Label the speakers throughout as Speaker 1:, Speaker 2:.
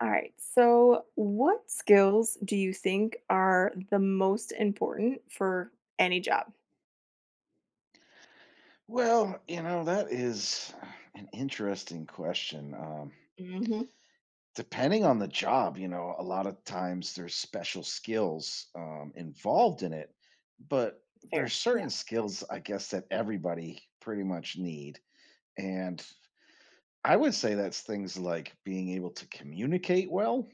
Speaker 1: All right. So, what skills do you think are the most important for any job?
Speaker 2: Well, you know, that is an interesting question.
Speaker 1: hmm
Speaker 2: Depending on the job, you know, a lot of times there's special skills involved in it, but there's
Speaker 1: Fair.
Speaker 2: certain
Speaker 1: Yeah.
Speaker 2: skills, I guess, that everybody pretty much need. And I would say that's things like being able to communicate well.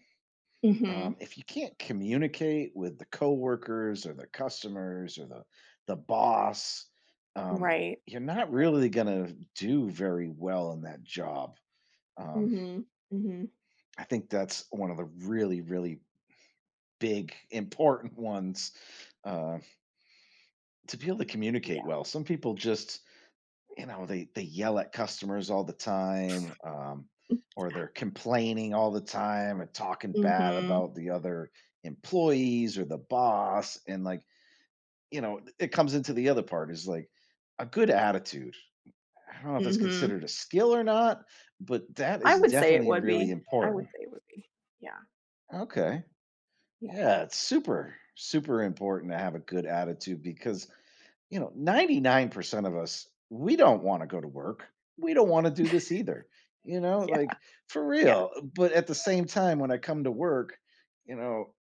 Speaker 1: hmm
Speaker 2: If you can't communicate with the coworkers or the customers or the boss, um,
Speaker 1: Right.
Speaker 2: you're not really going to do very well in that job. Um,
Speaker 1: hmm hmm
Speaker 2: I think that's one of the really, really big, important ones uh, to be able to communicate
Speaker 1: Yeah.
Speaker 2: well. Some people just, you know, they yell at customers all the time, or they're complaining all the time and talking bad
Speaker 1: hmm
Speaker 2: about the other employees or the boss, and like you know, it comes into the other part is like a good attitude. I don't know if that's
Speaker 1: hmm
Speaker 2: considered a skill or not, but that
Speaker 1: I
Speaker 2: is
Speaker 1: would say it
Speaker 2: definitely
Speaker 1: would
Speaker 2: really
Speaker 1: be. I would
Speaker 2: important.
Speaker 1: say it would be. Yeah.
Speaker 2: Okay.
Speaker 1: Yeah.
Speaker 2: Yeah, it's super, super important to have a good attitude because, you know, 99% of us, we don't want to go to work. We don't want to do this either, you know,
Speaker 1: Yeah.
Speaker 2: like for
Speaker 1: Yeah.
Speaker 2: real. But at the same time, when I come to work, you know,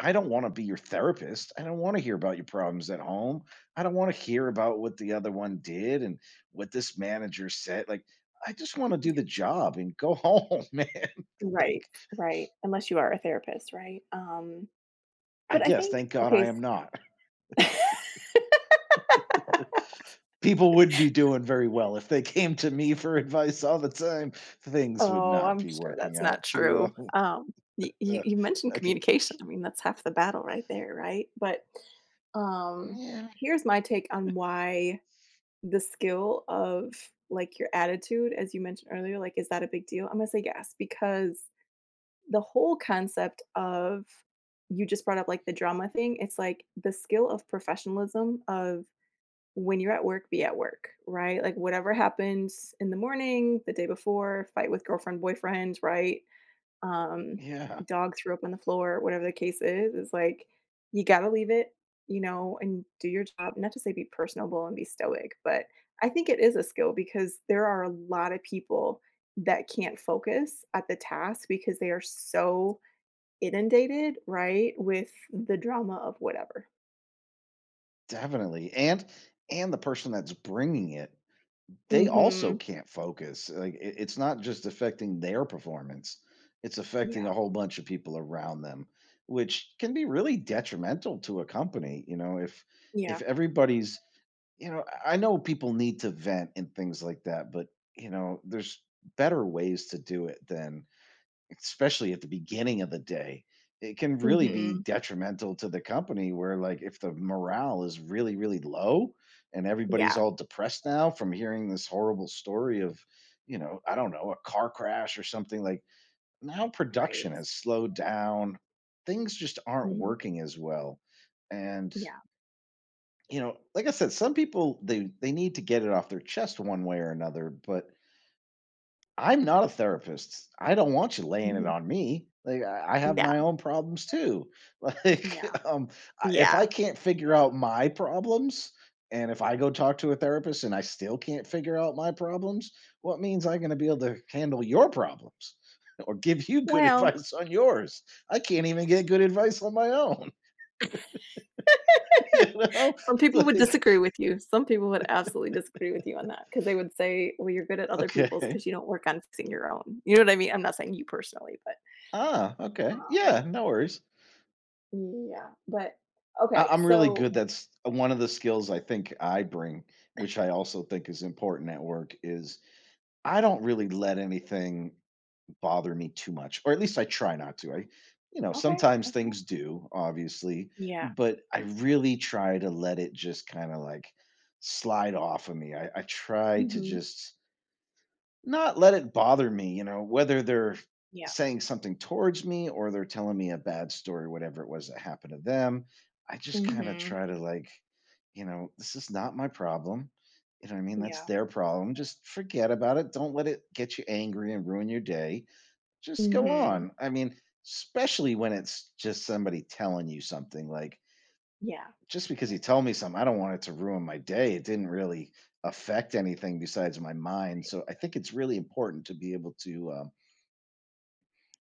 Speaker 2: I don't wanna be your therapist. I don't wanna hear about your problems at home. I don't wanna hear about what the other one did and what this manager said, like, I just wanna do the job and go home, man,
Speaker 1: Right.
Speaker 2: like,
Speaker 1: Right. Unless you are a therapist, right? Um,
Speaker 2: I
Speaker 1: but I
Speaker 2: guess,
Speaker 1: think
Speaker 2: thank God I
Speaker 1: okay.
Speaker 2: am not.
Speaker 1: s-
Speaker 2: People would be doing very well if they came to me for advice all the time. Things would
Speaker 1: Oh,
Speaker 2: not
Speaker 1: I'm
Speaker 2: be
Speaker 1: sure
Speaker 2: working
Speaker 1: that's not
Speaker 2: out too
Speaker 1: true.
Speaker 2: well.
Speaker 1: You
Speaker 2: Uh,
Speaker 1: you mentioned
Speaker 2: I can
Speaker 1: communication. I mean, that's half the battle right there, right? Um,
Speaker 2: yeah,
Speaker 1: Here's my take on why the skill of, like, your attitude, as you mentioned earlier, like, is that a big deal? I'm gonna say yes, because the whole concept of you just brought up, like, the drama thing, it's like the skill of professionalism of when you're at work, be at work, right? Like whatever happens in the morning, the day before, fight with girlfriend, boyfriend, right? Um,
Speaker 2: yeah,
Speaker 1: Dog threw up on the floor, whatever the case is like you gotta leave it. And do your job. Not to say be personable and be stoic, but I think it is a skill because there are a lot of people that can't focus at the task because they are so inundated, right, with the drama of whatever.
Speaker 2: definitely, and the person that's bringing it, they also
Speaker 1: hmm
Speaker 2: can't focus. Like it's not just affecting their performance; it's affecting
Speaker 1: Yeah.
Speaker 2: a whole bunch of people around them, which can be really detrimental to a company. You know, if
Speaker 1: Yeah.
Speaker 2: everybody's, you know, I know people need to vent and things like that, but you know, there's better ways to do it than, especially at the beginning of the day, it can really be
Speaker 1: hmm
Speaker 2: detrimental to the company where like if the morale is really, really low and everybody's
Speaker 1: Yeah,
Speaker 2: all depressed now from hearing this horrible story of, you know, I don't know, a car crash or something, like now
Speaker 1: right.
Speaker 2: production has slowed down. Things just aren't
Speaker 1: Mhm.
Speaker 2: working as well. And
Speaker 1: Yeah,
Speaker 2: you know, like I said, some people they need to get it off their chest one way or another, but I'm not a therapist. I don't want you laying it
Speaker 1: mhm.
Speaker 2: on me. Like, I have
Speaker 1: Yeah,
Speaker 2: my own problems too. Like,
Speaker 1: yeah,
Speaker 2: I if
Speaker 1: yeah.
Speaker 2: I can't figure out my problems, and if I go talk to a therapist and I still can't figure out my problems, what means I'm gonna be able to handle your problems or give you good
Speaker 1: Well,
Speaker 2: advice on yours? I can't even get good advice on my own, you know?
Speaker 1: some people would
Speaker 2: Like,
Speaker 1: disagree with you. Some people would absolutely disagree with you on that because they would say, "Well, you're good at other people's
Speaker 2: okay.
Speaker 1: because you don't work on fixing your own." You know what I mean? I'm not saying you personally,
Speaker 2: Ah, okay.
Speaker 1: um,
Speaker 2: Yeah, no worries.
Speaker 1: yeah, but
Speaker 2: I
Speaker 1: okay,
Speaker 2: I'm really
Speaker 1: so
Speaker 2: good, that's one of the skills I think I bring, which I also think is important at work, is I don't really let anything bother me too much, or at least I try not to. I you know,
Speaker 1: okay,
Speaker 2: sometimes
Speaker 1: okay.
Speaker 2: things do, obviously,
Speaker 1: Yeah,
Speaker 2: but I really try to let it just kinda, like, slide off of me. I try to
Speaker 1: mhm,
Speaker 2: just not let it bother me, you know, whether they're
Speaker 1: yeah,
Speaker 2: saying something towards me or they're telling me a bad story, whatever it was that happened to them. I just kind of
Speaker 1: mhm,
Speaker 2: try to like, you know, this is not my problem. You know what I mean? That's
Speaker 1: yeah,
Speaker 2: their problem. Just forget about it. Don't let it get you angry and ruin your day. Just go
Speaker 1: mhm,
Speaker 2: on. I mean, especially when it's just somebody telling you something like,
Speaker 1: yeah,
Speaker 2: just because he told me something, I don't want it to ruin my day. It didn't really affect anything besides my mind. So I think it's really important to be able to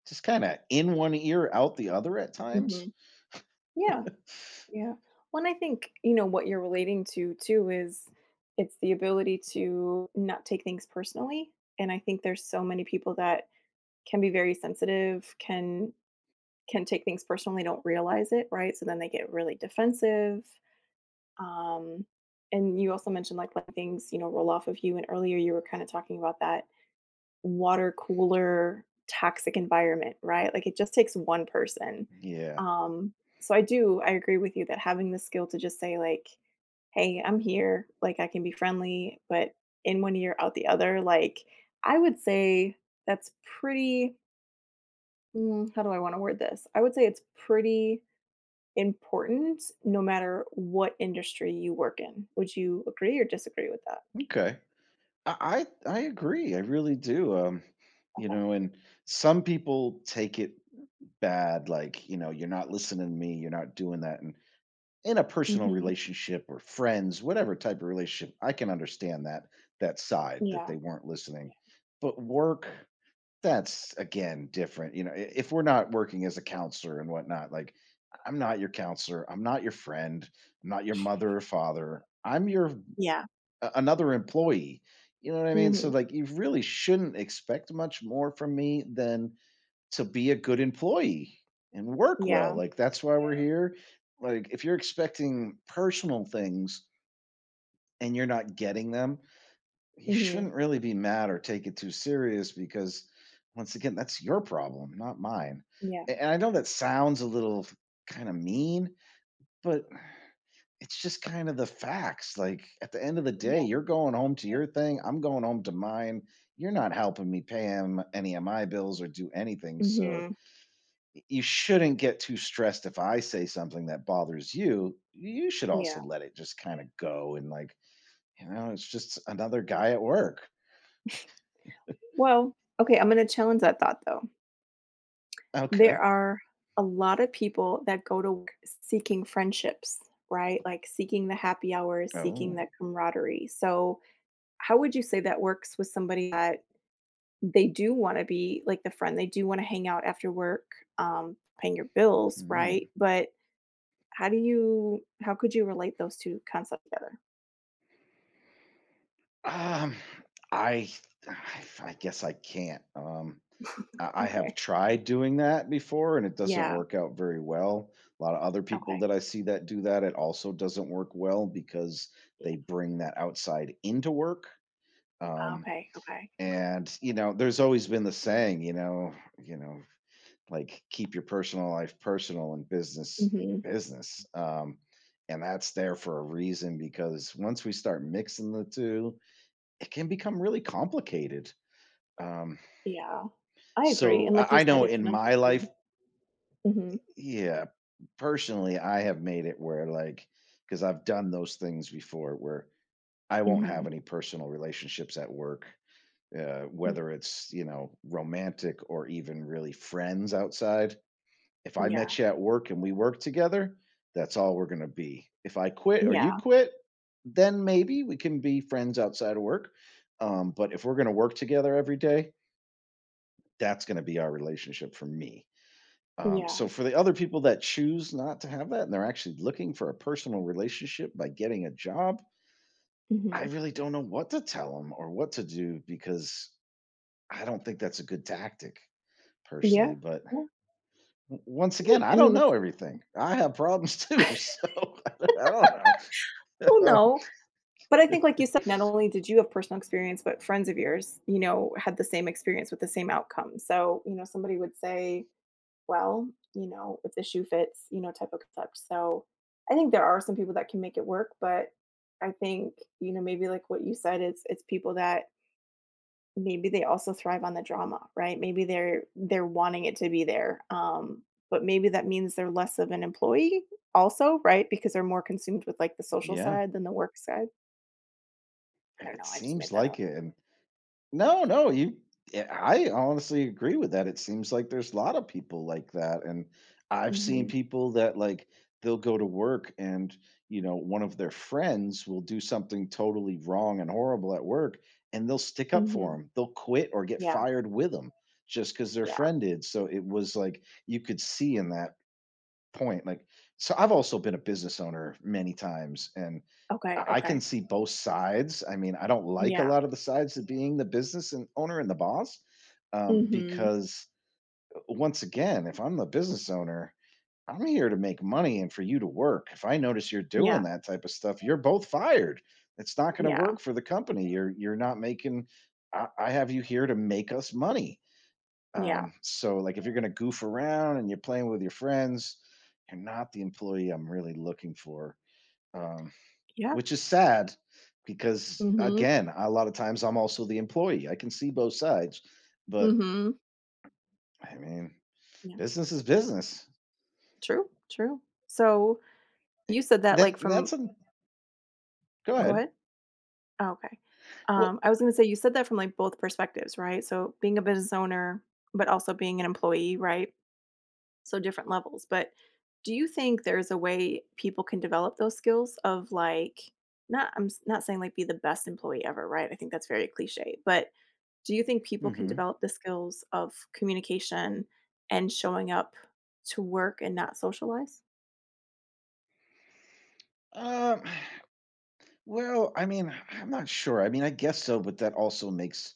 Speaker 2: just kind of in one ear, out the other at times.
Speaker 1: mhm, yeah. Yeah. Well, and I think, you know, what you're relating to too is it's the ability to not take things personally. And I think there's so many people that can be very sensitive, can take things personally, don't realize it, right? So then they get really defensive. Um, and you also mentioned like letting things, you know, roll off of you. And earlier you were kind of talking about that water cooler toxic environment, right? Like it just takes one person.
Speaker 2: Yeah.
Speaker 1: Um, so I do, I agree with you that having the skill to just say, like, hey, I'm here, like I can be friendly, but in one ear, out the other, like I would say that's pretty, how do I want to word this? I would say it's pretty important no matter what industry you work in. Would you agree or disagree with that?
Speaker 2: Okay. I agree. I really do. You
Speaker 1: Okay.
Speaker 2: know, and some people take it bad, like, you know, you're not listening to me, you're not doing that. And in a personal
Speaker 1: hmm
Speaker 2: relationship or friends, whatever type of relationship, I can understand that that side, that
Speaker 1: Yeah.
Speaker 2: they weren't listening.
Speaker 1: Yeah.
Speaker 2: But work, that's again different. You know, if we're not working as a counselor and whatnot, like I'm not your counselor, I'm not your friend, I'm not your mother or father, I'm your
Speaker 1: Yeah.
Speaker 2: another employee. You know what I mean? So
Speaker 1: hmm
Speaker 2: like you really shouldn't expect much more from me than to be a good employee and work well.
Speaker 1: Yeah.
Speaker 2: Like that's why we're here. Like if you're expecting personal things and you're not getting them, you
Speaker 1: hmm
Speaker 2: shouldn't really be mad or take it too serious because once again, that's your problem, not mine.
Speaker 1: Yeah,
Speaker 2: And I know that sounds a little kind of mean, but it's just kind of the facts. Like at the end of the day,
Speaker 1: yeah,
Speaker 2: you're going home to your thing, I'm going home to mine. You're not helping me pay him any of my bills or do anything. So
Speaker 1: mhm,
Speaker 2: you shouldn't get too stressed if I say something that bothers you. You should also
Speaker 1: yeah.
Speaker 2: let it just kind of go and like, you know, it's just another guy at work.
Speaker 1: Well, okay, I'm gonna challenge that thought, though. There
Speaker 2: Okay.
Speaker 1: are a lot of people that go to work seeking friendships, right? Like, seeking the happy hours,
Speaker 2: Oh.
Speaker 1: seeking that camaraderie. So, how would you say that works with somebody that they do wanna be, like, the friend, they do wanna hang out after work, paying your bills,
Speaker 2: mm.
Speaker 1: right? But how could you relate those two concepts together?
Speaker 2: Um I I I guess I can't. I have
Speaker 1: Okay.
Speaker 2: tried doing that before and it doesn't
Speaker 1: Yeah,
Speaker 2: work out very well. A lot of other people
Speaker 1: okay,
Speaker 2: that I see that do that, it also doesn't work well because
Speaker 1: yeah,
Speaker 2: they bring that outside into work.
Speaker 1: Ah,
Speaker 2: Um,
Speaker 1: okay, okay, okay.
Speaker 2: And, you know, there's always been the saying, you know, like keep your personal life personal and business
Speaker 1: Mhm.
Speaker 2: business. And that's there for a reason because once we start mixing the two, it can become really complicated. Um,
Speaker 1: Yeah, I agree,
Speaker 2: so
Speaker 1: and like you
Speaker 2: I know
Speaker 1: said, it's
Speaker 2: in
Speaker 1: not
Speaker 2: my
Speaker 1: just
Speaker 2: life,
Speaker 1: you. Mhm,
Speaker 2: yeah, personally, I have made it where like, because I've done those things before where I won't
Speaker 1: mhm,
Speaker 2: have any personal relationships at work,
Speaker 1: yeah,
Speaker 2: whether it's you know romantic or even really friends outside. If I
Speaker 1: yeah,
Speaker 2: met you at work and we work together, that's all we're gonna be. If I quit or you
Speaker 1: yeah,
Speaker 2: quit, then maybe we can be friends outside of work. But if we're gonna work together every day, that's gonna be our relationship for me.
Speaker 1: yeah,
Speaker 2: So for the other people that choose not to have that and they're actually looking for a personal relationship by getting a job, I
Speaker 1: mhm,
Speaker 2: really don't know what to tell them or what to do because I don't think that's a good tactic, personally,
Speaker 1: yeah,
Speaker 2: but
Speaker 1: yeah,
Speaker 2: once
Speaker 1: I mean
Speaker 2: again, I
Speaker 1: I
Speaker 2: don't
Speaker 1: mean,
Speaker 2: know
Speaker 1: it's
Speaker 2: everything. I have problems too, so I don't know.
Speaker 1: well,
Speaker 2: So,
Speaker 1: no, but I think like you said, not only did you have personal experience, but friends of yours, you know, had the same experience with the same outcome, so, you know, somebody would say, "Well, you know, if the shoe fits," you know, type of concept, so, I think there are some people that can make it work, but I think, you know, maybe like what you said, it's people that maybe they also thrive on the drama, right? Maybe they're wanting it to be there. But maybe that means they're less of an employee also, right? Because they're more consumed with like the social
Speaker 2: yeah,
Speaker 1: side than the work side. I don't
Speaker 2: it
Speaker 1: know. I just
Speaker 2: seems
Speaker 1: made that
Speaker 2: like
Speaker 1: up.
Speaker 2: it. And no, no, you. Yeah, I honestly agree with that. It seems like there's a lot of people like that, and
Speaker 1: Yeah.
Speaker 2: I've seen
Speaker 1: Mhm.
Speaker 2: people that like they'll go to work and you know one of their friends will do something totally wrong and horrible at work and they'll stick up for
Speaker 1: Mhm.
Speaker 2: them, they'll quit or get
Speaker 1: Yeah.
Speaker 2: fired with them just because their
Speaker 1: Yeah.
Speaker 2: friend did, so it was like you could see in that point. Like, so I've also been a business owner many times and
Speaker 1: Okay.
Speaker 2: I can
Speaker 1: Okay.
Speaker 2: see both sides. I mean, I don't like a
Speaker 1: Yeah.
Speaker 2: lot of the sides of being the business and owner and the boss,
Speaker 1: Mhm.
Speaker 2: because once again, if I'm the business owner, I'm here to make money and for you to work. If I notice you're doing
Speaker 1: Yeah.
Speaker 2: that type of stuff, you're both fired. It's not going to
Speaker 1: Yeah.
Speaker 2: work for the company. You're not making. I have you here to make us money,
Speaker 1: Yeah.
Speaker 2: so like if you're gonna goof around and you're playing with your friends, you're not the employee I'm really looking for. Um,
Speaker 1: Yeah.
Speaker 2: which is sad because
Speaker 1: Mhm.
Speaker 2: again, a lot of times I'm also the employee. I can see both sides, but
Speaker 1: Mhm.
Speaker 2: I mean,
Speaker 1: Yeah.
Speaker 2: business is business.
Speaker 1: True. True. So you said that like
Speaker 2: Then that's
Speaker 1: from
Speaker 2: a go
Speaker 1: go
Speaker 2: ahead.
Speaker 1: ahead. Oh, okay.
Speaker 2: Well,
Speaker 1: I was going to say you said that from like both perspectives, right? So being a business owner, but also being an employee, right? So different levels. But do you think there's a way people can develop those skills of like not not saying like be the best employee ever, right? I think that's very cliche. But do you think people can
Speaker 2: hmm
Speaker 1: develop the skills of communication and showing up to work and not socialize?
Speaker 2: um, well, I mean, I'm not sure. I mean, I guess so, but that also makes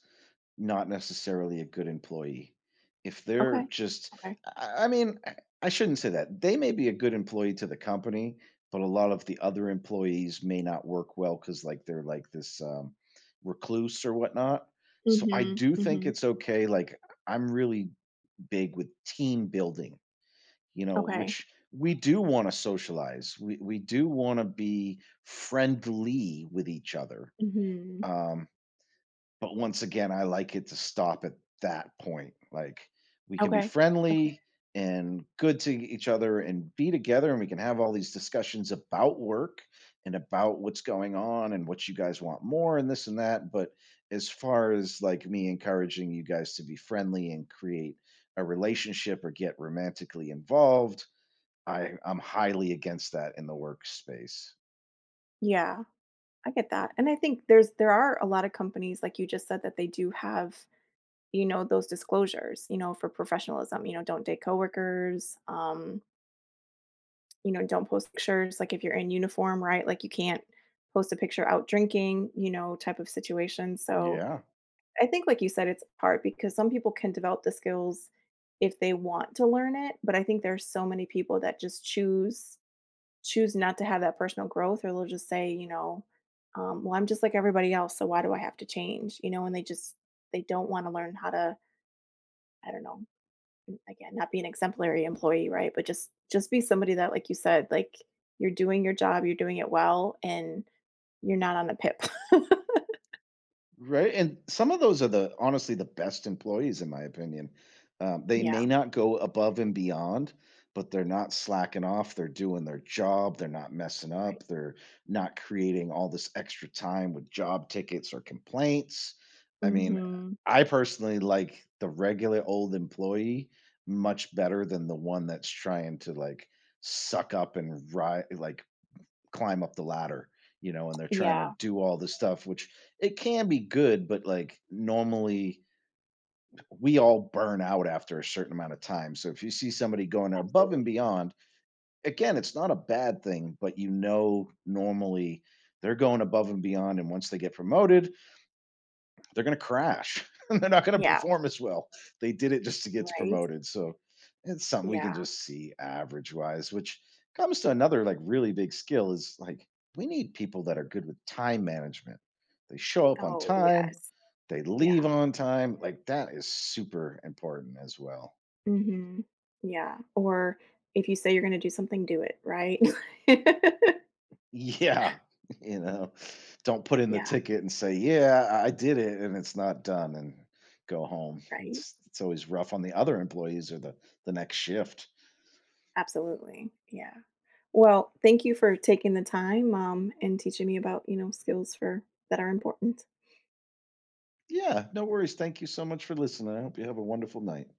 Speaker 2: not necessarily a good employee. If they're
Speaker 1: Okay.
Speaker 2: just
Speaker 1: Okay.
Speaker 2: I mean, I shouldn't say that. They may be a good employee to the company, but a lot of the other employees may not work well because, like, they're like this, recluse or whatnot. So I
Speaker 1: Mhm.
Speaker 2: do think
Speaker 1: Mhm.
Speaker 2: it's okay, like, I'm really big with team building, you know,
Speaker 1: Okay.
Speaker 2: which we do wanna socialize. We do wanna be friendly with each other.
Speaker 1: Mhm.
Speaker 2: Um, but once again, I like it to stop at that point. Like we can be
Speaker 1: Okay. Okay.
Speaker 2: friendly and good to each other and be together and we can have all these discussions about work and about what's going on and what you guys want more and this and that. But as far as like me encouraging you guys to be friendly and create a relationship or get romantically involved, I'm highly against that in the workspace.
Speaker 1: Yeah. I get that, and I think there's there are a lot of companies, like you just said, that they do have, you know, those disclosures, you know, for professionalism, you know, don't date coworkers, you know, don't post pictures, like if you're in uniform, right? Like you can't post a picture out drinking, you know, type of situation. So
Speaker 2: Yeah.
Speaker 1: I think, like you said, it's hard because some people can develop the skills if they want to learn it, but I think there's so many people that just choose not to have that personal growth or they'll just say, you know, well, I'm just like everybody else, so why do I have to change? You know, and they just they don't want to learn how to, I don't know, again, not be an exemplary employee, right? But just be somebody that, like you said, like you're doing your job, you're doing it well, and you're not on a pip.
Speaker 2: Right, and some of those are the honestly the best employees in my opinion. They may
Speaker 1: Yeah.
Speaker 2: not go above and beyond, but they're not slacking off, they're doing their job, they're not messing
Speaker 1: Right.
Speaker 2: up, they're not creating all this extra time with job tickets or complaints. I mean,
Speaker 1: hmm
Speaker 2: I personally like the regular old employee much better than the one that's trying to like suck up and ri like climb up the ladder, you know, and they're trying to
Speaker 1: Yeah.
Speaker 2: do all this stuff, which it can be good, but like normally we all burn out after a certain amount of time. So if you see somebody going above
Speaker 1: Absolutely.
Speaker 2: and beyond, again, it's not a bad thing, but you know, normally they're going above and beyond. And once they get promoted, they're going to crash and they're not going to
Speaker 1: Yeah.
Speaker 2: perform as well. They did it just to get
Speaker 1: Right.
Speaker 2: promoted. So it's something we can
Speaker 1: Yeah.
Speaker 2: just see average wise, which comes to another like really big skill is like we need people that are good with time management. They show up on
Speaker 1: Oh
Speaker 2: time,
Speaker 1: yes.
Speaker 2: they leave
Speaker 1: Yeah.
Speaker 2: on time. Like that is super important as well.
Speaker 1: hmm Yeah. Or if you say you're going to do something, do it, right?
Speaker 2: Yeah. You know, don't put in the
Speaker 1: Yeah,
Speaker 2: ticket and say, yeah, I did it and it's not done and go home.
Speaker 1: right.
Speaker 2: It's always rough on the other employees or the next shift.
Speaker 1: Absolutely. Yeah. Well, thank you for taking the time and teaching me about, you know, skills for that are important.
Speaker 2: Yeah, no worries. Thank you so much for listening. I hope you have a wonderful night.